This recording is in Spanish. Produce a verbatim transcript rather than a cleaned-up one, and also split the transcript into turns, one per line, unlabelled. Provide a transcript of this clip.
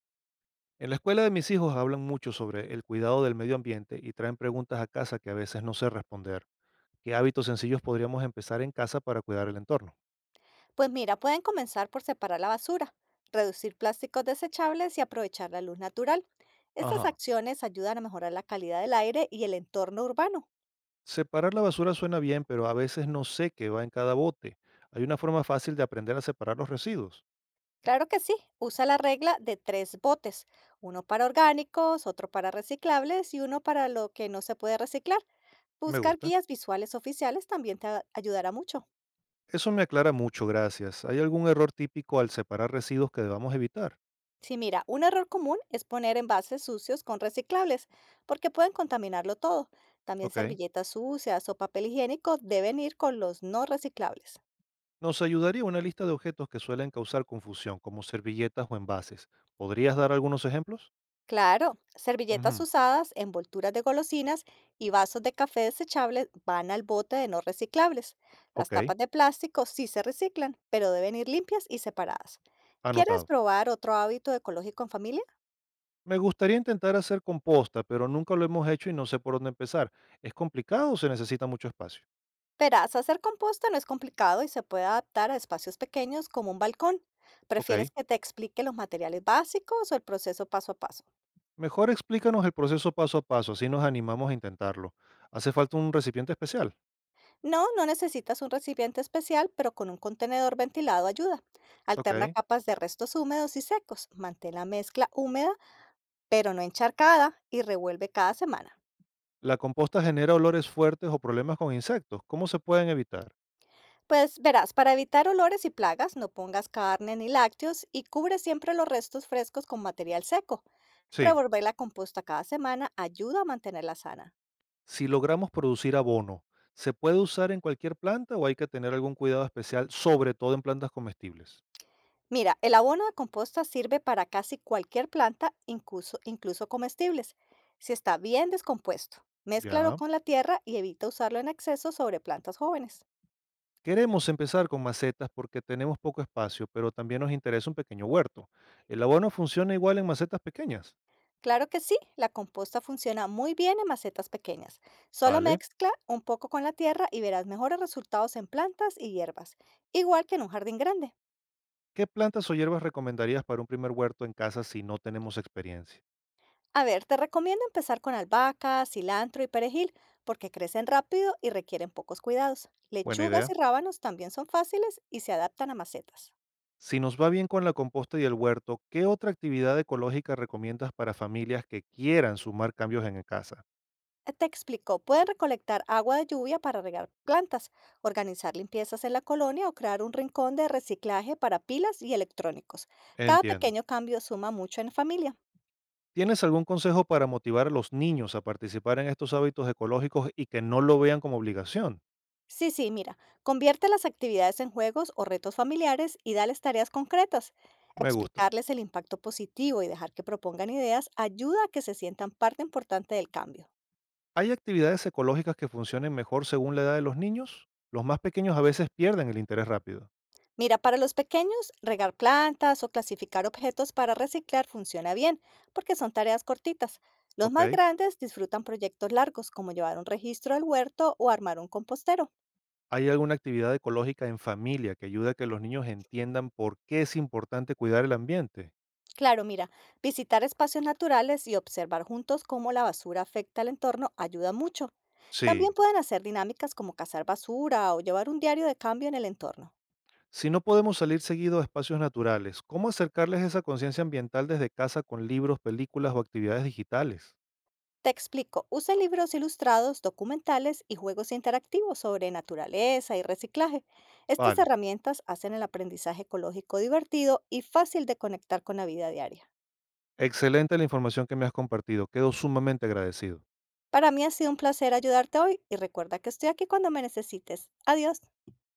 En la escuela de mis hijos hablan mucho sobre el cuidado del medio ambiente y traen preguntas a casa que a veces no sé responder. ¿Qué hábitos sencillos podríamos empezar en casa para cuidar el entorno?
Pues mira, pueden comenzar por separar la basura, reducir plásticos desechables y aprovechar la luz natural. Estas
Ajá.
acciones ayudan a mejorar la calidad del aire y el entorno urbano.
Separar la basura suena bien, pero a veces no sé qué va en cada bote. Hay una forma fácil de aprender a separar los residuos.
Claro que sí, usa la regla de tres botes, uno para orgánicos, otro para reciclables y uno para lo que no se puede reciclar.
Me
Buscar
gusta.
guías visuales oficiales también te a- ayudará mucho.
Eso me aclara mucho, gracias. ¿Hay algún error típico al separar residuos que debamos evitar?
Sí, mira, un error común es poner envases sucios con reciclables, porque pueden contaminarlo todo. También
Ok.
servilletas sucias o papel higiénico deben ir con los no reciclables.
Nos ayudaría una lista de objetos que suelen causar confusión, como servilletas o envases. ¿Podrías dar algunos ejemplos?
Claro, servilletas
Ujú.
usadas, envolturas de golosinas y vasos de café desechables van al bote de no reciclables. Las
Ok.
tapas de plástico sí se reciclan, pero deben ir limpias y separadas. ¿Quieres
Anotado.
probar otro hábito ecológico en familia?
Me gustaría intentar hacer composta, pero nunca lo hemos hecho y no sé por dónde empezar. ¿Es complicado o se necesita mucho espacio?
Verás, hacer composta no es complicado y se puede adaptar a espacios pequeños como un balcón.
Ok.
¿Prefieres que te explique los materiales básicos o el proceso paso a paso?
Mejor explícanos el proceso paso a paso, así nos animamos a intentarlo. ¿Hace falta un recipiente especial?
No, no necesitas un recipiente especial, pero con un contenedor ventilado ayuda. Alterna
Ok.
capas de restos húmedos y secos. Mantén la mezcla húmeda, pero no encharcada, y revuelve cada semana.
¿La composta genera olores fuertes o problemas con insectos? ¿Cómo se pueden evitar?
Pues verás, para evitar olores y plagas, no pongas carne ni lácteos y cubre siempre los restos frescos con material seco.
Sí.
Revolver la composta cada semana ayuda a mantenerla sana.
Si logramos producir abono, ¿se puede usar en cualquier planta o hay que tener algún cuidado especial, sobre todo en plantas comestibles?
Mira, el abono de composta sirve para casi cualquier planta, incluso, incluso comestibles, si está bien descompuesto. Mézclalo
Ya.
con la tierra y evita usarlo en exceso sobre plantas jóvenes.
Queremos empezar con macetas porque tenemos poco espacio, pero también nos interesa un pequeño huerto. ¿El abono funciona igual en macetas pequeñas?
Claro que sí, la composta funciona muy bien en macetas pequeñas. Solo
Vale.
mezcla un poco con la tierra y verás mejores resultados en plantas y hierbas, igual que en un jardín grande.
¿Qué plantas o hierbas recomendarías para un primer huerto en casa si no tenemos experiencia?
A ver, te recomiendo empezar con albahaca, cilantro y perejil, porque crecen rápido y requieren pocos cuidados.
Buena
Lechugas
idea.
y rábanos también son fáciles y se adaptan a macetas.
Si nos va bien con la composta y el huerto, ¿qué otra actividad ecológica recomiendas para familias que quieran sumar cambios en casa?
Te explico, pueden recolectar agua de lluvia para regar plantas, organizar limpiezas en la colonia o crear un rincón de reciclaje para pilas y electrónicos. Cada
Entiendo.
pequeño cambio suma mucho en familia.
¿Tienes algún consejo para motivar a los niños a participar en estos hábitos ecológicos y que no lo vean como obligación?
Sí, sí, mira, convierte las actividades en juegos o retos familiares y dales tareas concretas.
Me gusta.
Explicarles el impacto positivo y dejar que propongan ideas ayuda a que se sientan parte importante del cambio.
¿Hay actividades ecológicas que funcionen mejor según la edad de los niños? Los más pequeños a veces pierden el interés rápido.
Mira, para los pequeños, regar plantas o clasificar objetos para reciclar funciona bien, porque son tareas cortitas. Los
¿Ok?
más grandes disfrutan proyectos largos, como llevar un registro al huerto o armar un compostero.
¿Hay alguna actividad ecológica en familia que ayude a que los niños entiendan por qué es importante cuidar el ambiente?
Claro, mira, visitar espacios naturales y observar juntos cómo la basura afecta al entorno ayuda mucho. También
Sí.
pueden hacer dinámicas como cazar basura o llevar un diario de cambio en el entorno.
Si no podemos salir seguido a espacios naturales, ¿cómo acercarles esa conciencia ambiental desde casa con libros, películas o actividades digitales?
Te explico, usa libros ilustrados, documentales y juegos interactivos sobre naturaleza y reciclaje. Estas
Vale.
herramientas hacen el aprendizaje ecológico divertido y fácil de conectar con la vida diaria.
Excelente la información que me has compartido. Quedo sumamente agradecido.
Para mí ha sido un placer ayudarte hoy y recuerda que estoy aquí cuando me necesites. Adiós.